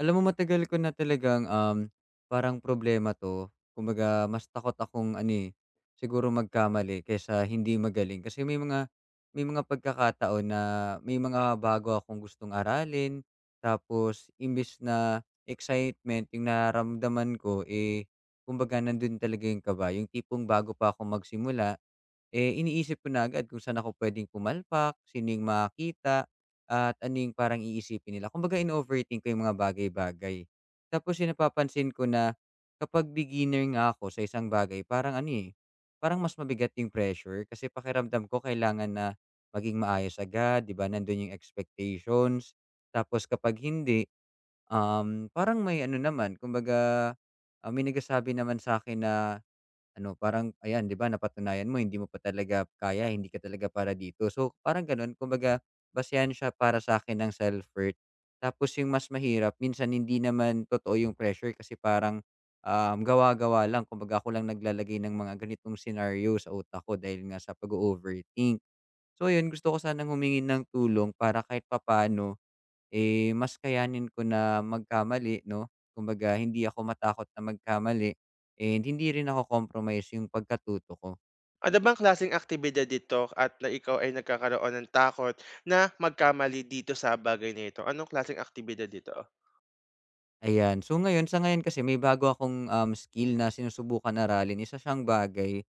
Alam mo matagal ko na talagang, parang problema 'to. Kumbaga mas takot akong ano, eh, siguro magkamali kaysa hindi magaling. Kasi may mga pagkakataon na may mga bago akong gustong aralin, tapos imbes na excitement yung nararamdaman ko, eh, kumbaga nandun talaga yung kaba. Yung tipong bago pa ako magsimula eh, iniisip ko na agad kung saan ako puwedeng pumalpak, sino yung makakita, at ano yung parang iisipin nila. Kumbaga ino-overthink ko yung mga bagay-bagay. Tapos yung napapansin ko na kapag beginner nga ako sa isang bagay parang ano, eh, parang mas mabigat yung pressure kasi pakiramdam ko kailangan na maging maayos agad, 'di ba, nando'n yung expectations. Tapos kapag hindi, parang may ano naman kumbaga, ah, may nagsasabi naman sa akin na ano, parang ayan 'di ba napatunayan mo hindi mo pa talaga kaya, hindi ka talaga para dito. So, parang gano'n kumbaga basehan siya para sa akin ng self-worth. Tapos yung mas mahirap minsan hindi naman totoo yung pressure kasi parang, gawa-gawa lang kumbaga ako lang naglalagay ng mga ganitong senaryo sa utak ko dahil nga sa pag-o-overthink. So yun gusto ko sanang humingi ng tulong para kahit papaano eh, mas kayanin ko na magkamali 'no, kumbaga hindi ako matakot na magkamali and hindi rin ako compromise yung pagkatuto ko. Ano bang klaseng aktibidad dito at na ikaw ay nagkakaroon ng takot na magkamali dito sa bagay na ito? Anong klaseng aktibidad dito? Ayan. So ngayon, sa ngayon kasi may bago akong, skill na sinusubukan aralin. Isa siyang bagay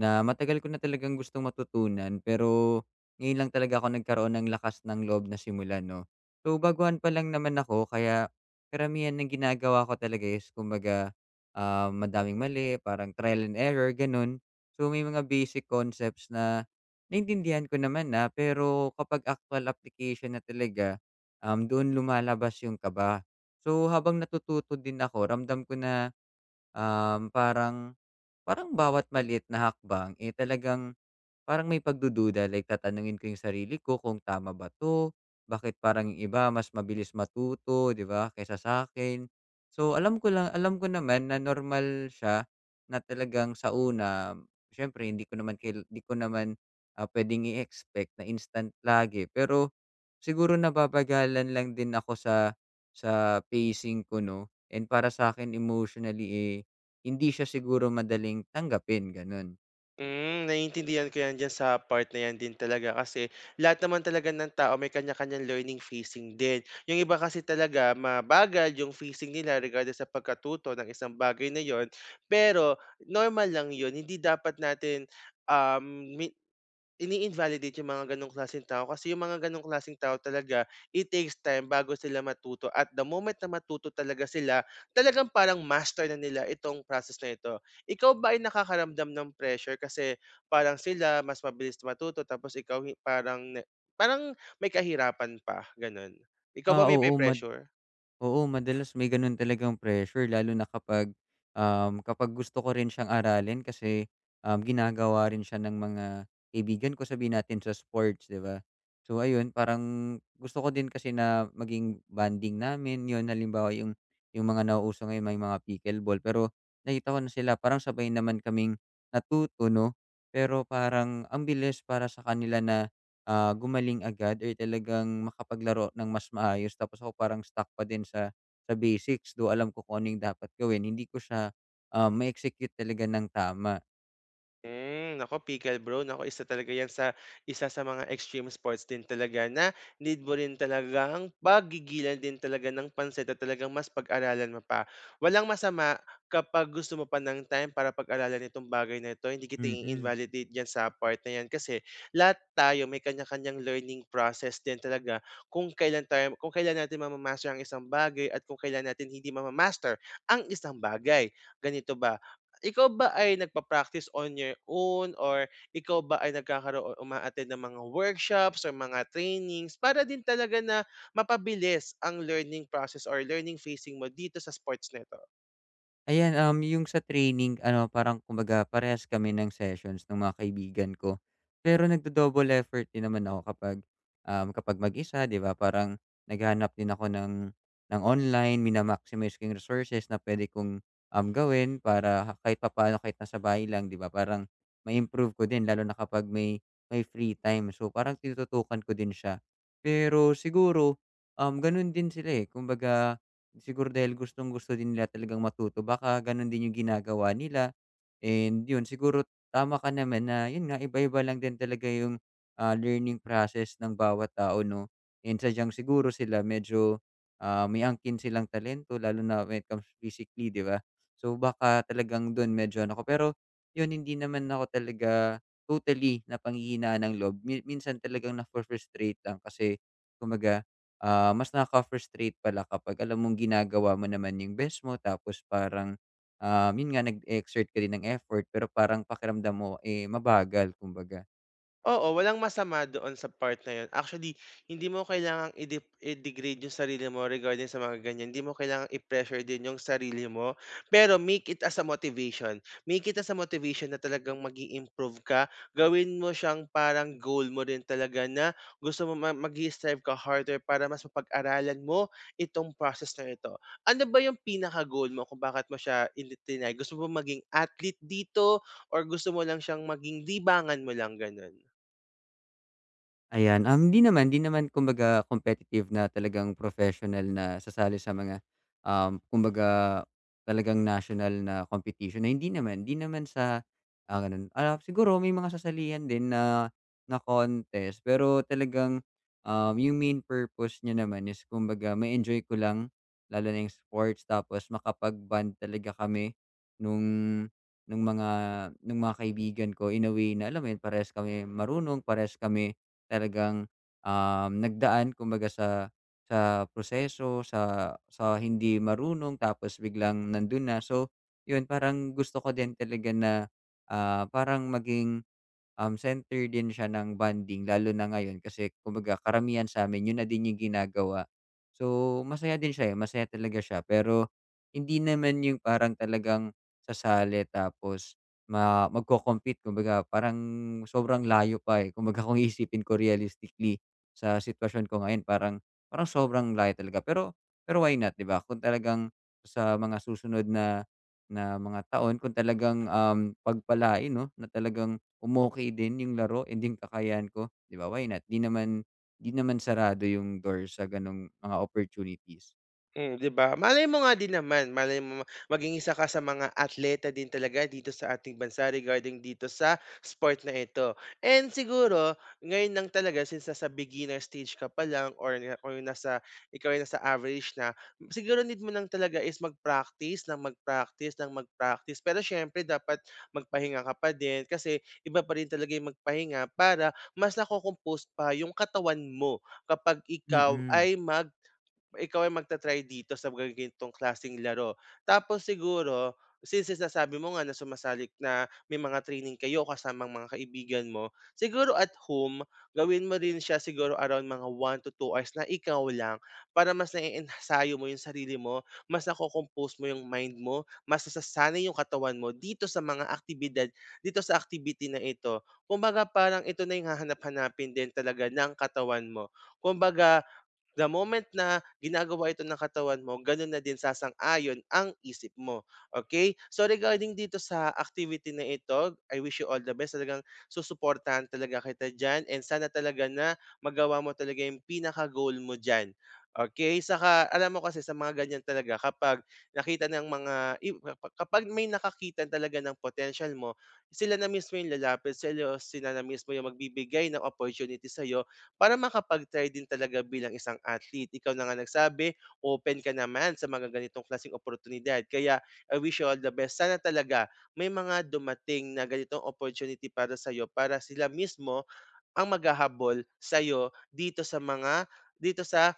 na matagal ko na talagang gustong matutunan pero ngayon lang talaga ako nagkaroon ng lakas ng loob na simulan 'no. So baguhan pa lang naman ako kaya karamihan ng ginagawa ko talaga is kumbaga, ah, madaming mali, parang trial and error, gano'n. So may mga basic concepts na naintindihan ko naman na pero kapag actual application na talaga, doon lumalabas yung kaba. So, habang natututo din ako ramdam ko na, parang parang bawat maliit na hakbang, eh, talagang parang may pagdududa like tatanungin ko yung sarili ko kung tama ba 'to, bakit parang yung iba mas mabilis matuto 'di ba kaysa sa akin? So alam ko naman na normal siya na talagang sa una siyempre hindi ko naman, ah, puwedeng i-expect na instant lagi pero siguro nababagalan lang din ako sa pacing ko 'no and para sa akin emotionally, eh, hindi siya siguro madaling tanggapin gano'n. Hmm, naiintindihan ko 'yan diyan sa part na 'yan din talaga kasi lahat naman talaga ng tao may kanya-kanyang learning phasing din. Yung iba kasi talaga mabagal yung phasing nila regardless sa pagkatuto ng isang bagay na 'yon, pero normal lang 'yon. Hindi dapat natin, um, ini-invalidate yung mga gano'ng klaseng tao kasi yung mga gano'ng klaseng tao talaga, it takes time bago sila matuto. At the moment na matuto talaga sila, talagang parang master na nila itong process na ito. Ikaw ba ay nakakaramdam ng pressure kasi parang sila mas mabilis matuto, tapos ikaw parang parang may kahirapan pa, gano'n? Ikaw ba Ah, may oo ma pe-pressure? Oo, madalas may gano'n talagang pressure lalo na kapag, kapag gusto ko rin siyang aralin kasi, ginagawa rin siya ng mga kaibigan ko sabihin natin sa sports, 'di ba? So ayun, parang gusto ko din kasi na maging banding namin 'yun. Halimbawa yung mga nauuso ngayon may mga pickleball pero nakita ko na sila parang sabay naman kaming natuto 'no, pero parang ang bilis para sa kanila na ah, gumaling agad or talagang makapaglaro ng mas maayos tapos ako parang stuck pa din sa basics, though alam ko kung ano yung dapat gawin, hindi ko siya, ah, ma-execute talaga ng tama. Hmm, naku, pickle bro, naku, isa talaga 'yan sa isa sa mga extreme sports din talaga na need mo rin talaga ang paggigilan din talaga ng pansit at talagang mas pag-aralan mo pa. Walang masama kapag gusto mo pa ng time para pag-aralan itong bagay na ito. Hindi kita Mm. i-invalidate diyan sa part na 'yan kasi lahat tayo may kanya-kanyang learning process din talaga, kung kailan tayo, kung kailan natin mama-master ang isang bagay at kung kailan natin hindi mama ang isang bagay. Ganito ba? Ikaw ba ay nagpa-practice on your own, or ikaw ba ay nagkakaroon uma-attend ng mga workshops or mga trainings para din talaga na mapabilis ang learning process or learning facing mo dito sa sports na ito? Ayan, yung sa training ano parang kumbaga parehas kami ng sessions ng mga kaibigan ko. Pero nagdo-double effort din naman ako kapag, kapag mag-isa 'di ba parang naghanap din ako ng online, mina-maximize ko yung resources na pwede kong, gawin para kahit papaano kahit nasa bahay lang 'di ba parang ma-improve ko din lalo na kapag may may free time. So, parang tinututukan ko din siya. Pero siguro, gano'n din sila, eh, kumbaga siguro dahil gustong-gusto din nila talagang matuto baka gano'n din yung ginagawa nila. And yun, siguro tama ka naman na yun nga iba-iba lang din talaga yung, ah, learning process ng bawat tao 'no. And sadyang siguro sila medyo, ah, may angkin silang talento lalo na when it comes physically, 'di ba? So baka talagang dun medyo ano ko, pero yun hindi naman ako talaga totally na panghihinaan ng loob. Minsan talagang na frustrate lang kasi kumaga ah, mas nakaka-frustrate pala kapag alam mong ginagawa mo naman yung best mo tapos parang, yun nga nag-exert ka din ng effort pero parang pakiramdam mo, eh, mabagal kumbaga. Oo, walang masama doon sa part na 'yon. Actually, hindi mo kailangang i-degrade yung sarili mo regarding sa mga ganyan. Hindi mo kailangang i-pressure din yung sarili mo, pero make it as a motivation. Make it as a motivation na talagang mag improve ka. Gawin mo siyang parang goal mo rin talaga na gusto mo mag strive ka harder para mas mapag-aralan mo itong process na ito. Ano ba yung pinaka-goal mo kung bakit mo siya ini triny? Gusto mo maging athlete dito, or gusto mo lang siyang maging libangan mo lang, gano'n? Ayan, hindi naman kumbaga competitive na talagang professional na sasali sa mga, kumbaga talagang national na competition na hindi naman sa, ah, gano'n. Ah, siguro may mga sasalihan din na na contest pero talagang, yung main purpose niya naman is kumbaga ma-enjoy ko lang lalo na yung sports tapos makapag-bond talaga kami nung nung mga nung mga kaibigan ko in a way na alam mo yun, parehas kami marunong, parehas kami talagang, nagdaan kumbaga sa proseso, sa hindi marunong tapos biglang nandun na. So, yun parang gusto ko din talaga na, ah, parang maging um, center din siya ng bonding lalo na ngayon kasi kumbaga karamihan sa'min yun na din yung ginagawa. So, masaya din siya, eh, masaya talaga siya pero hindi naman yung parang talagang sasali tapos ma magko compete kumbaga parang sobrang layo pa, eh. Kumbaga kung iisipin ko realistically sa sitwasyon ko ngayon parang parang sobrang layo talaga pero pero why not, 'di ba? Kung talagang sa mga susunod na na mga taon kung talagang, pagpalain 'no, na talagang umokey din yung laro and yung kakayahan ko, 'di ba, why not? 'Di naman sarado yung door sa gano'ng mga opportunities. Hmm, 'di ba? Malay mo nga din naman, malay mo maging isa ka sa mga atleta din talaga dito sa ating bansa regarding dito sa sport na ito. And siguro ngayon lang talaga since nasa beginner stage ka pa lang, or nasa ikaw ay nasa average na, siguro need mo lang talaga is mag-practice ng mag-practice ng mag-practice. Pero siyempre dapat magpahinga ka pa din, kasi iba pa rin talaga yung magpahinga para mas nako-compose pa yung katawan mo kapag Mm. Ikaw ay magta-try dito sa mga ganitong klaseng laro. Tapos siguro, since sinasabi mo nga na sumasali na may mga training kayo kasamang mga kaibigan mo, siguro at home, gawin mo rin siya siguro around mga 1 to 2 hours na ikaw lang, para mas naiensayo mo yung sarili mo, mas nako mo yung mind mo, mas nasasanay yung katawan mo dito sa mga aktibidad, dito sa activity na ito. Kumbaga parang ito na yung hahanap-hanapin din talaga ng katawan mo. Kumbaga the moment na ginagawa ito ng katawan mo, gano'n na din sasang-ayon ang isip mo, okay? So, regarding dito sa activity na ito, I wish you all the best. Talagang susuportahan talaga kita diyan, and sana talaga na magawa mo talaga yung pinaka-goal mo diyan, okay? Saka alam mo kasi sa mga ganiyan talaga kapag nakita ng mga i kapag may nakakita talaga ng potential mo, sila na mismo yung lalapit sa'yo, sila na mismo yung magbibigay ng opportunity sa'yo para makapag-try din talaga bilang isang athlete. Ikaw na nga nagsabi, open ka naman sa mga ganitong klaseng oportunidad. Kaya I wish you all the best. Sana talaga may mga dumating na ganitong opportunity para sa'yo para sila mismo ang maghahabol sa'yo dito sa mga dito sa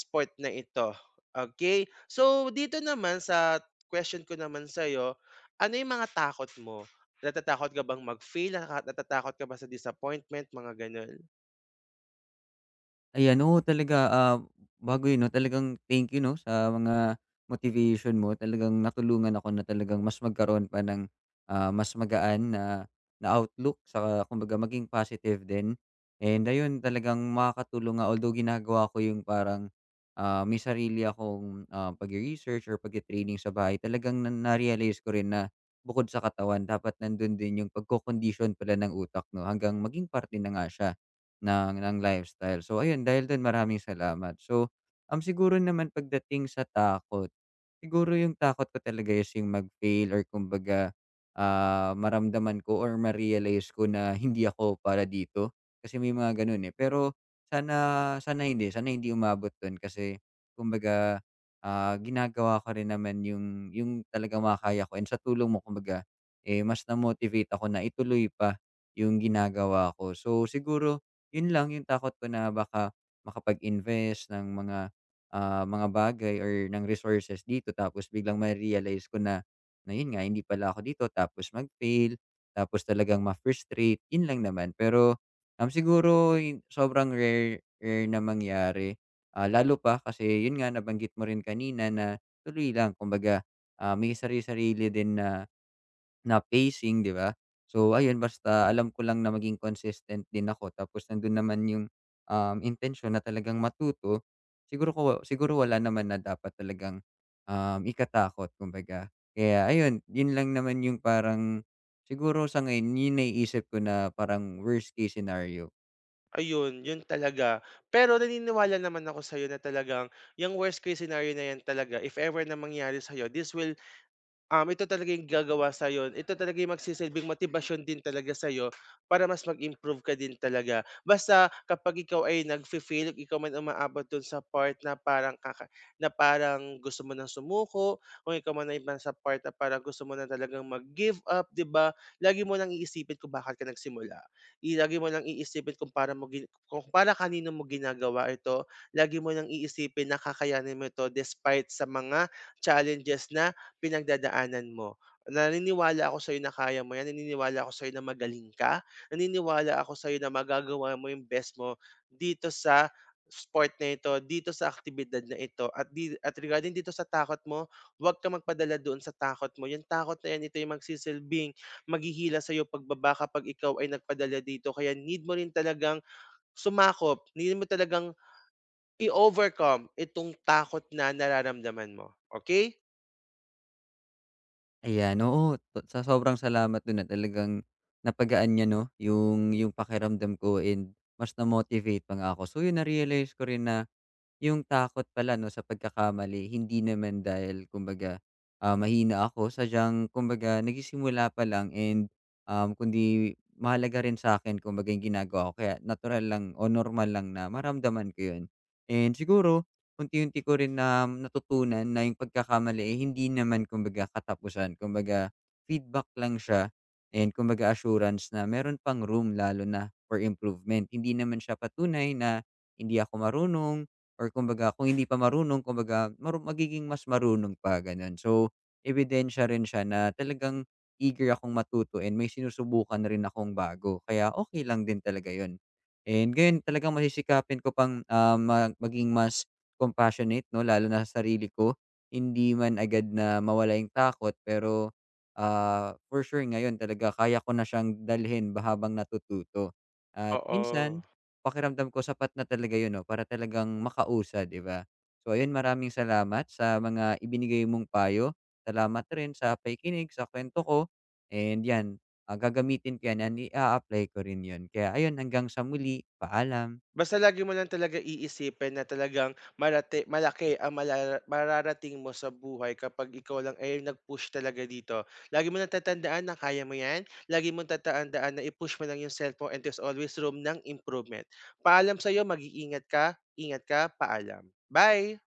sport na ito. Okay? So dito naman sa question ko naman sa'yo, ano yung mga takot mo? Natatakot ka bang mag-fail? Natatakot ka ba sa disappointment? Mga ganun. Ayan, oo talaga, ah, bago 'yun 'no, talagang thank you 'no, sa mga motivation mo. Talagang natulungan ako na talagang mas magkaroon pa ng, ah, mas magaan na na outlook saka kumbaga maging positive din. And ayun, talagang makakatulong nga although ginagawa ko yung parang, ah, may sarili akong, ah, pagre-research or pagte-training sa bahay, talagang na-realize ko rin na bukod sa katawan dapat nandun din yung pagko-condition pala ng utak 'no, hanggang maging parte na nga siya ng lifestyle. So ayun, dahil dun maraming salamat. So, siguro naman pagdating sa takot, siguro yung takot ko talaga is yung mag-fail or kumbaga, ah, maramdaman ko or ma-realize ko na hindi ako para dito. Kasi may mga ganun, eh. Pero sana sana hindi umabot dun kasi kumbaga, ah, ginagawa ko rin naman yung talagang makakaya ko and sa tulong mo kumbaga, eh, mas na-motivate ako na ituloy pa yung ginagawa ko. So siguro yun lang yung takot ko na baka makapag-invest ng mga, ah, mga bagay or ng resources dito tapos biglang ma-realize ko na na yun nga hindi pala ako dito tapos mag-fail, tapos talagang ma-frustrate, yun lang naman. Pero, siguro hin sobrang rare rare na mangyari, ah, lalo pa kasi yun nga nabanggit mo rin kanina na tuloy lang kumbaga, ah, may sarili sarili din na na pacing, 'di ba? So ayun, basta alam ko lang na maging consistent din ako tapos nandun naman yung, intensyon na talagang matuto. Siguro wala naman na dapat talagang, ikatakot kumbaga. Kaya ayun, yun lang naman yung parang siguro sa ngayon yung naiisip ko na parang worst case scenario. Ayun, yun talaga. Pero naniniwala naman ako sa'yo na talagang yung worst case scenario na yan talaga, if ever na mangyari sa'yo, this will ito talaga yung gagawa sa'yo, ito talaga yung magsisilbing motibasyon din talaga sa'yo para mas mag-improve ka din talaga. Basta kapag ikaw ay nag fail, ikaw man umaabot dun sa part na parang kaka na parang gusto mo ng sumuko, kung ikaw man ay nasa part na parang gusto mo na talagang mag-give up, 'di ba? Lagi mo lang iisipin kung bakit ka nagsimula. I lagi mo lang iisipin kung para kanino mo ginagawa ito. Lagi mo lang iisipin na kakayanin mo ito despite sa mga challenges na pinagdadaanan mo. Naniniwala ako sa'yo na kaya mo 'yan, naniniwala ako sa'yo na magaling ka, naniniwala ako sa'yo na magagawa mo yung best mo dito sa sport na ito, dito sa aktibidad na ito, at regarding dito sa takot mo, huwag ka magpadala doon sa takot mo. Yung takot na 'yan, ito yung magsisilbing maghihila sa'yo pababa kapag ikaw ay nagpadala dito. Kaya need mo rin talagang sumakop, need mo talagang i-overcome itong takot na nararamdaman mo, okey? Ayan, oo, to- sa sobrang salamat dun at talagang napagaan niya 'no, yung pakiramdam ko and mas na-motivate pa nga ako. So yun, na-realize ko rin na yung takot pala 'no sa pagkakamali hindi naman dahil kumbaga, ah, mahina ako sadyang kumbaga nagsisimula pa lang and, kundi mahalaga rin sa akin kumbaga yung ginagawa ko kaya natural lang o normal lang na maramdaman ko yun. And siguro unti-unti ko rin natutunan na yung pagkakamali, eh, hindi naman kumbaga katapusan kumbaga feedback lang siya and kumbaga assurance na meron pang room lalo na for improvement. Hindi naman siya patunay na hindi ako marunong or kumbaga kung hindi pa marunong kumbaga magiging mas marunong pa, gano'n. So, ebidensya rin siya na talagang eager akong matuto and may sinusubukan na rin akong bago, kaya okay lang din talaga 'yun. And ngayon talagang masisikapin ko pang, ah, maging mas compassionate 'no, lalo na sa sarili ko. Hindi man agad na mawala yung takot pero, ah, for sure ngayon talaga kaya ko na siyang dalhin ba habang natututo. At Oo. minsan pakiramdam ko sapat na talaga yun 'no, para talagang makausa, 'di ba? So ayun, maraming salamat sa mga ibinigay mong payo. Salamat rin sa pakikinig sa kwento ko and 'yan, ah, gagamitin ko 'yan and i apply ko rin 'yun. Kaya ayun, hanggang sa muli, paalam. Basta lagi mo lang talaga iisipin na talagang malaki ang malala mararating mo sa buhay kapag ikaw lang ay nag-push talaga dito. Lagi mo lang tatandaan na kaya mo 'yan, lagi mo tatandaan na i-push mo lang yung self mo, and there's always room ng improvement. Paalam sa'yo, mag-iingat ka, ingat ka, paalam. Bye.